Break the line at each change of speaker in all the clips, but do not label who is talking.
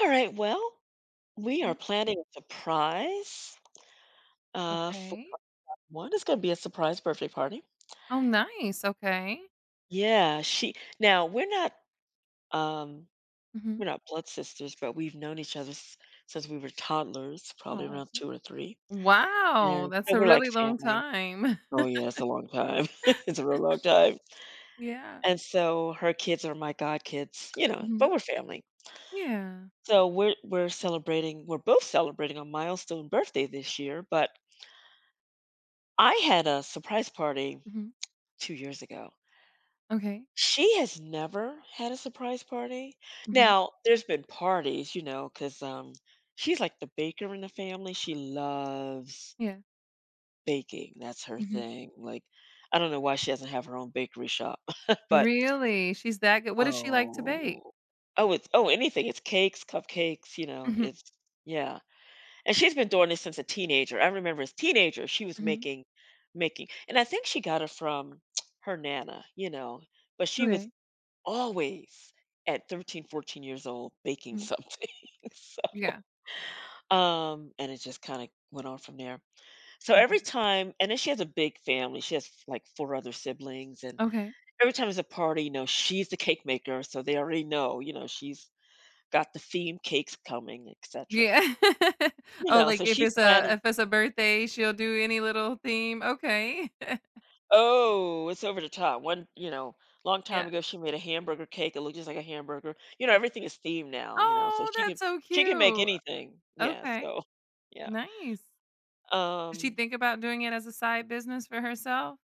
All right. Well, we are
Mhm.
planning a surprise. For
Okay.
one, it's going to be a surprise birthday party.
Oh, nice, okay.
Yeah, she. Now we're not um we're
Mhm.
not blood sisters, but we've known each other since we were toddlers, probably
Oh,
around two or three,
wow,
and
that's
so
a
we're like
really long
family.
time.
Oh yeah, it's a long time. It's a real long time.
Yeah.
And so her kids are my god kids, you know, but
Mhm.
we're family.
Yeah.
So we're celebrating. We're both celebrating a milestone birthday this year, but I had a surprise party
Mhm.
2 years ago.
Okay.
She has never had a surprise party.
Mhm.
Now, there's been parties, you know, 'cause, she's like the baker in the family. She loves
Yeah.
baking. That's her
Mhm.
thing. Like, I don't know why she doesn't have her own bakery shop, but
Really? She's that good? What does she like to bake?
oh. Oh, it's anything. It's cakes, cupcakes, you know,
Mhm.
it's yeah. And she's been doing this since a teenager. I remember as a teenager, she was
Mhm.
making and I think she got it from her nana, you know, but she was
Okay.
always at 13, 14 years old baking
Mhm.
something. So,
Yeah.
and it just kind of went on from there. So every
Mhm.
time, and then she has a big family. She has like four other siblings, and
Okay.
every time there's a party, you know, she's the cake maker, so they already know, you know, she's got the theme cakes coming, etc.
Yeah.
You
Oh,
know,
like,
so
if
she's
it's a
planning
if it's a birthday, she'll do any little theme? Okay.
oh, it's over the top. One, you know, long time
Yeah.
ago she made a hamburger cake. It looked just like a hamburger. You know, everything is themed now, you know. So
Oh,
she
that's
can
so
she can make
cute.
anything. Yeah,
Okay.
so yeah.
Nice. Did she
Um
think about doing it as a side business for herself?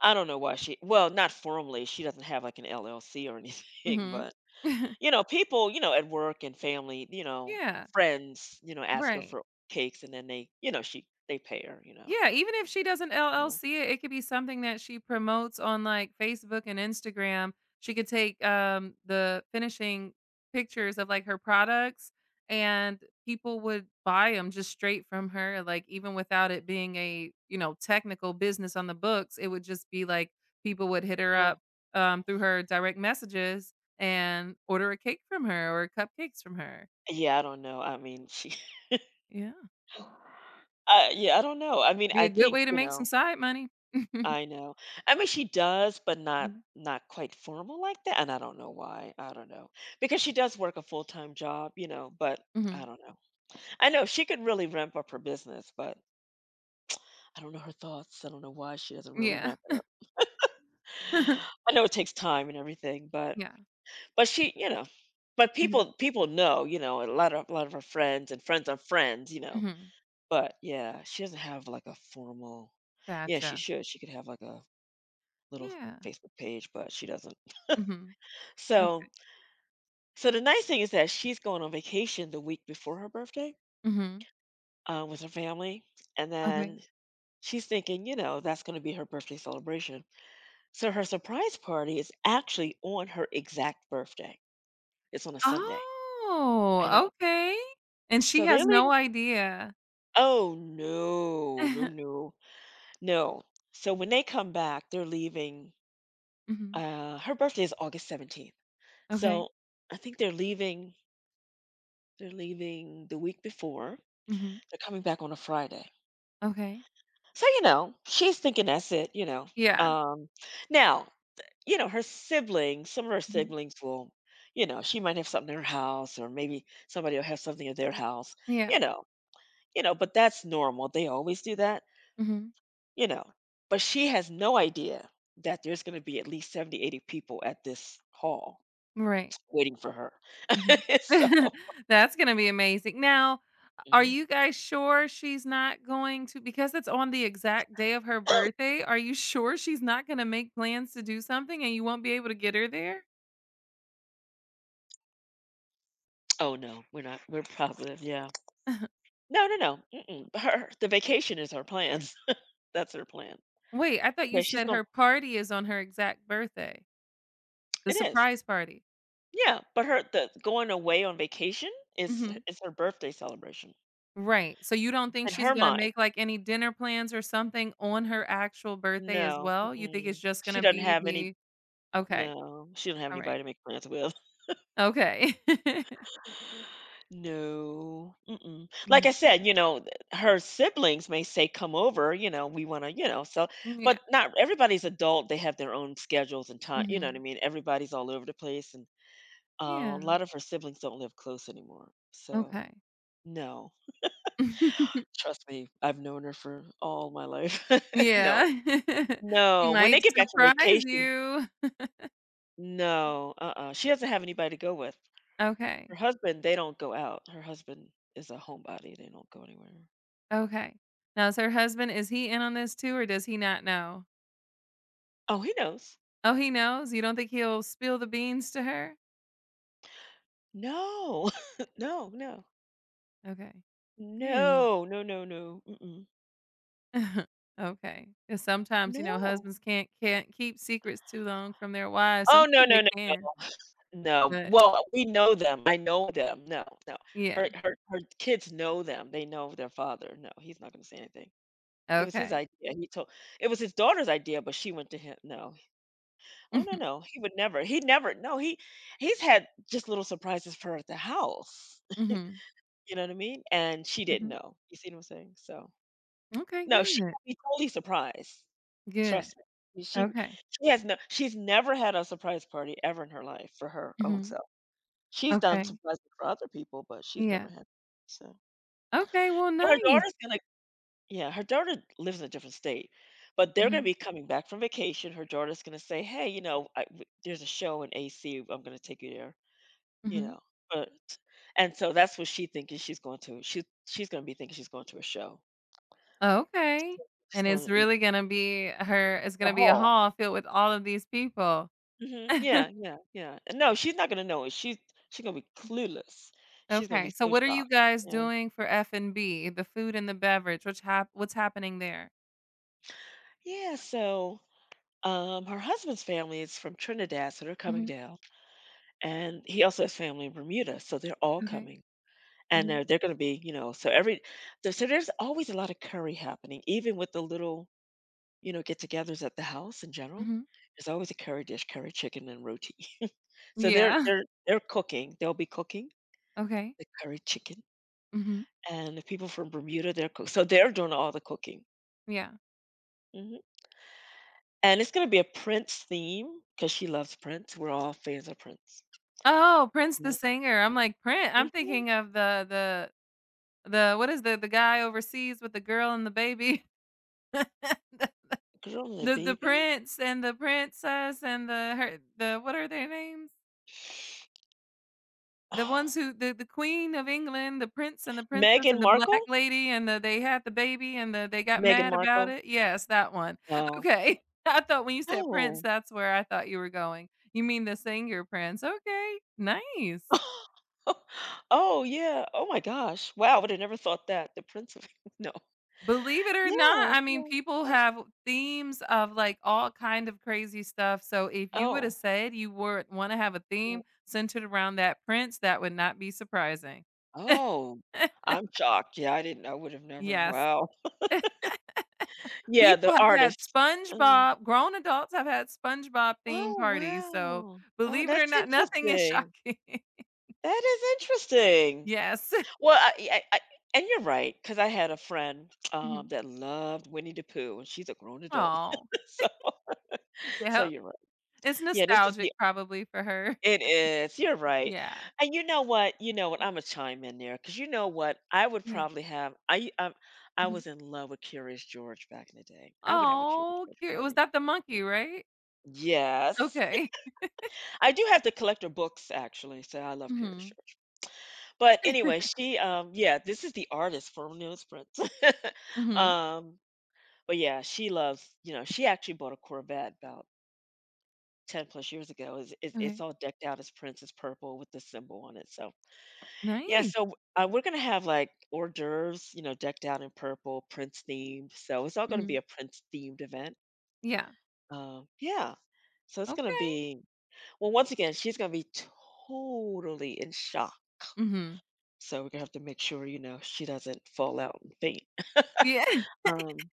I don't know why she well, not formally. She doesn't have like an LLC or anything,
Mhm.
but you know, people, you know, at work and family, you know,
Yeah,
friends, you know, ask her
right.
for cakes and then they, you know, she they pay her, you know.
Yeah, even if she doesn't
Yeah.
LLC it, it could be something that she promotes on, like, Facebook and Instagram. She could take the finishing pictures of, like, her products, and people would buy them just straight from her, like, even without it being a, technical business on the books. It would just be like people would hit her up
Oh.
through her direct messages and order a cake from her, or cupcakes from her.
Yeah, I don't know. I mean, she
Yeah.
I yeah, I don't know. I mean,
Be
I
a good
think,
way to
you
make some side money.
know. I mean, she does, but not quite formal like that, and I don't know why. I don't know. Because she does work a full-time job, you know, but I
Mhm.
don't know. I know she could really ramp up her business, but I don't know her thoughts. I don't know why she doesn't really
Yeah.
ramp it up. I know it takes time and everything,
Yeah.
but she, you know, but
Mhm,
people know, you know, a lot of her friends and friends of friends, you know.
mhm.
But yeah, she doesn't have like a formal. Yeah, she
Gotcha.
should. She could have like a little
Yeah.
Facebook page, but she doesn't.
Mhm.
So,
Okay.
so the nice thing is that she's going on vacation the week before her birthday
Mhm.
with her family, and
Okay.
then she's thinking, you know, that's going to be her birthday celebration. So her surprise party is actually on her exact birthday. It's on a Sunday. I know.
Oh, okay. And she
So they're
has no
leaving.
idea.
Oh no, no, no, no. So when they come back, they're leaving.
Mhm.
Her birthday is August 17th.
Okay.
So I think they're leaving. They're leaving the week before.
Mhm.
They're coming back on a Friday.
Okay.
So, you know, she's thinking that's it, you know.
Yeah.
Um, now, you know, her siblings, some of her
Mhm.
siblings will, you know, she might have something in her house, or maybe somebody will have something at their house,
Yeah.
you know, you know, but that's normal. They always do that,
Mhm.
you know. But she has no idea that there's going to be at least 70, 80 people at this hall
Right.
waiting for her.
Mhm.
So,
That's gonna be amazing. Now, are
mhm.
you guys sure she's not going to, because it's on the exact day of her birthday, are you sure she's not gonna make plans to do something and you won't be able to get her there?
Oh no, we're not, we're positive. Yeah. No, no, no. Mm-mm. Her, the vacation is her plans. That's her plan.
Wait, I thought
Yeah,
you
she's
said
going
her
to
party is on her exact birthday, the
it is.
surprise party.
Yeah, but her the going away on vacation is h
Mhm.
is her birthday celebration.
Right, so you don't think
In
she's
her
gonna
mind,
make, like, any dinner plans or something on her actual birthday as
no,
well? You think it's
mm-mm.
just
She
gonna
doesn't
be
have any
the okay,
no, she don't have
alright,
anybody to make plans with.
okay.
No, mm-mm. Like I
Mm,
said, you know, th her siblings may say, "Come over," you know, "We wanna" you know, so but
yeah,
not everybody's adult, they have their own schedules and time you know what I
mhm,
mean? Everybody's all over the place, and, uh, a
yeah,
lot of her siblings don't live close anymore, so,
okay.
no. Trust me, I've known her for all my life.
Yeah,
No.
she
No, when
might
they get back from
surprise
vacation
you.
no, uh-uh, she doesn't have anybody to go with. Her
Okay,
husband, they don't go out. Her husband is a homebody, they don't go anywhere.
okay. Now is her husband, is he in on this too, or does he not know?
Oh, he knows.
Oh, he knows? You don't think he'll spill the beans to her?
No. No, no.
Okay. Good.
No, no, no, no, mm-mm.
Okay. 'Cause sometimes, you know,
No.
husbands can't keep secrets too long from their wives.
Oh, no,
Sometimes
no,
they
no,
can,
no, no.
but
Well, we know them, I know them. No, no.
yeah.
Her kids know them, they know their father. No, he's not gonna say anything. It was his
Okay.
idea, he told it was his daughter's idea, but she went to him no. Oh, no,
Mhm,
no, he would never he never no, he he's had just little surprises for her at the house.
mhm,
You know what I mean? And she didn't
mhm.
know. You see what I'm saying? So
Okay,
no, she will
good.
be totally surprised.
Good.
Trust me.
Okay.
She has no she's never had a surprise party ever in her life for her own
Mhm.
self. She's done
Okay.
surprises for other people, but she's never
Yeah.
had so.
Okay, well,
Her
nice.
daughter's gonna yeah, her daughter lives in a different state, but they're going to
Mhm,
be coming back from vacation. Her daughter's going to say, "Hey, you know, I, there's a show in AC. I'm going to take you there." You
mhm.
know, but and so that's what she thinking she's going to. She's going to be thinking she's going to a show.
Okay.
She's
And it's
going to
really gonna be her, it's
the
gonna be a
hall.
hall filled with all of these people.
Hmm, yeah, yeah, yeah. And no, she's not going to know it. She's going to be clueless. She's going to
Okay,
be
so
so
what are you
shocked.
guys
Yeah.
doing for F&B? The food and the beverage, what's happening there?
Yeah. So, her husband's family is from Trinidad, so they're coming
Mhm,
down. And he also has family in Bermuda, so they're all
okay,
coming. And
okay,
they're gonna be, you know, so every there so there's always a lot of curry happening, even with the little, you know, get-togethers at the house in general.
mhm,
There's always a curry dish, curry chicken and roti. So they're
yeah,
they're they're cooking. They'll be cooking
okay,
the curry chicken,
mhm,
and the people from Bermuda, they're cook so they're doing all the cooking.
yeah.
Mhm. And it's gonna be a Prince theme because she loves Prince. We're all fans of Prince.
Oh, Prince the
Mhm.
singer, I'm like, Prince. I'm
Mhm.
thinking of the what is the guy overseas with the girl and the baby?
Girl and the
The the
baby.
prince and the princess and the her the what are their names? The ones who the Queen of England, the Prince and the Princess,
Meghan
and the black
Markle?
lady, and the they had the baby, and the they got
Meghan
mad about
Markle?
it? Yes, that one.
Oh.
Okay. I thought when you said Prince,
Oh.
that's where I thought you were going. You mean the singer Prince. Okay, nice.
Oh, yeah. Oh my gosh. Wow, would have never thought that. The Prince of no.
Believe it or not,
Yeah,
I mean,
yeah.
people
I
have themes of, like, all kind of crazy stuff, so if you woulda
oh,
said you would wanna have a
yeah.
theme centered around that prince, that would not be surprising.
Oh, I'm shocked. Yeah, I didn't I would have never
Yes.
wow. Yeah,
People
the
have had
artist. Oh.
SpongeBob, grown adults have had SpongeBob themed
Oh,
parties, so
wow. Oh,
believe it or
that's
not, nothing is
interesting.
shocking.
That is interesting.
Yes.
Well, I and you're right, right because I had a friend,
Mhm.
that loved Winnie the Pooh, and she's a grown adult.
Aw,
So so
yep.
you're
It's
yeah, this is the
nostalgic probably for her.
it is. You're right.
Yeah,
And you know what? You know what? I'm gonna chime in there because you know what? I would
yeah.
probably have. I
Mhm.
was in love with Curious George back in the day. I would have a Curious
Aw,
George
cute. Was
party.
that the monkey, right?
Yes,
Okay.
I do have to collect her books actually. So I love Curious
Mhm,
George. But anyway, she yeah, this is the artist for Newsprints.
mhm.
um, but yeah, she loves. You know, she actually bought a Corvette about. 10 plus years ago is it's
Okay.
all decked out as princess purple with the symbol on it so yeah,
Nice.
so we're gonna have like hors d'oeuvres, you know, decked out in purple, Prince themed. So it's all gonna be
Mhm.
a Prince themed event.
Yeah.
Yeah, so it's gonna
Okay.
be well. Once again, she's gonna be totally in shock.
Mhm.
So we're gonna have to make sure, you know, she doesn't fall out and faint.
Yeah.
Um,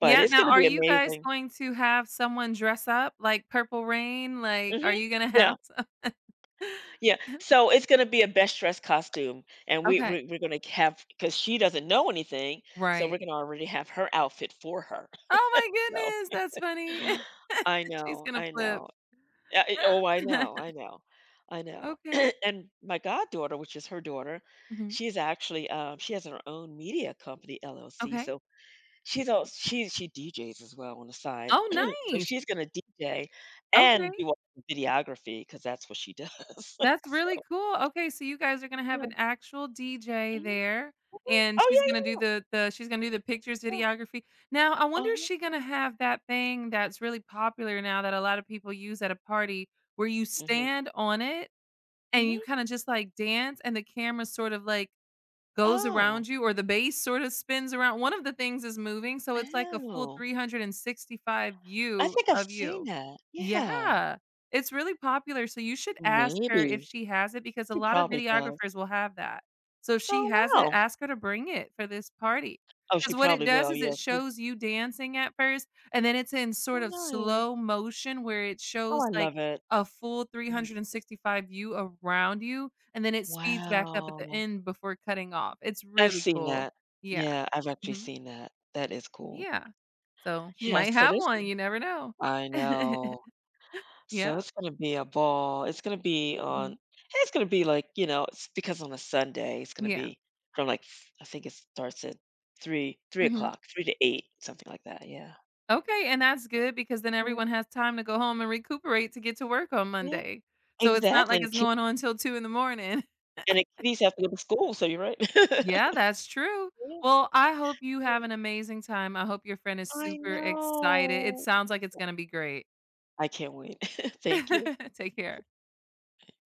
but
Yeah,
it's
now
gonna
are
be
you guys
amazing.
going to have someone dress up like Purple Rain? Like, are
Hmm,
you gonna
yeah,
have some
yeah. So it's gonna be a best dressed costume, and we
Okay.
we're gonna have because she doesn't know anything, so we're
Right.
gonna already have her outfit for her.
Oh my goodness, that's funny.
I
She's
know,
gonna
I
flip.
know. Oh, I know, I know, I know.
Okay.
And my goddaughter, which is her daughter,
Mhm.
she's actually she has her own media company LLC.
Okay.
So she's all she DJs as well on the side.
Oh,
So
nice.
she's gonna DJ
Okay.
and do all the videography because that's what she does.
That's
So
really cool. Okay, so you guys are gonna have
yeah.
an actual DJ
Mhm.
there,
Mhm.
and
Oh
she's
yeah,
gonna
yeah,
do
yeah.
the she's gonna do the pictures,
Yeah.
videography. Now, I wonder, is
Uh-huh.
she gonna
Yeah.
have that thing that's really popular now that a lot of people use at a party where you
Mm-hmm.
stand on it and you
Mm-hmm.
kinda just, like, dance and the camera's sort of like goes
Oh.
around you, or the base sort of spins around, one of the things is moving, so it's like a full
Oh.
365
I
view
think I've
of
seen
you.
that. Yeah.
Yeah, it's really popular, so you should ask her if
Maybe.
she has it because a
She
lot of
probably does.
videographers will have that. So if she
Oh,
has it,
wow.
ask her to bring it for this party,
Oh, she
because what it
probably
does
will,
is
yeah,
it
she
shows you dancing at first, and then it's in sort
oh,
of
nice.
slow motion where it
Oh, I
shows, like,
love it.
a full
Mhm.
365 view around you, and then it speeds back up at the
Wow.
end before cutting off. It's
I've
really
seen
cool.
that.
Yeah.
Yeah, I've actually
Mhm.
seen that. That is cool.
Yeah. So, she
Yeah,
might
so
have
this
one, you never know.
I know. So
Yeah.
it's gonna be a ball. It's gonna be on
Mhm.
it's gonna be, like, you know, it's because on a Sunday, it's gonna
Yeah.
be from, like, f I think it starts at 3
Mhm.
o'clock, 3 to 8, something like that, yeah.
Okay, and that's good because then
Mm,
everyone has time to go home and recuperate to get to work on
yeah,
Monday. So, it's not
exactly,
like
and the
it's
ki
going on till 2 in the morning.
and the kiddies have to go to school, so you're right.
Yeah,
Thank
that's true. Well, I hope you
you.
have an amazing time. I hope your friend is
I
super excited. It
know.
sounds like it's gonna be great.
I can't wait. Thank you.
Take care.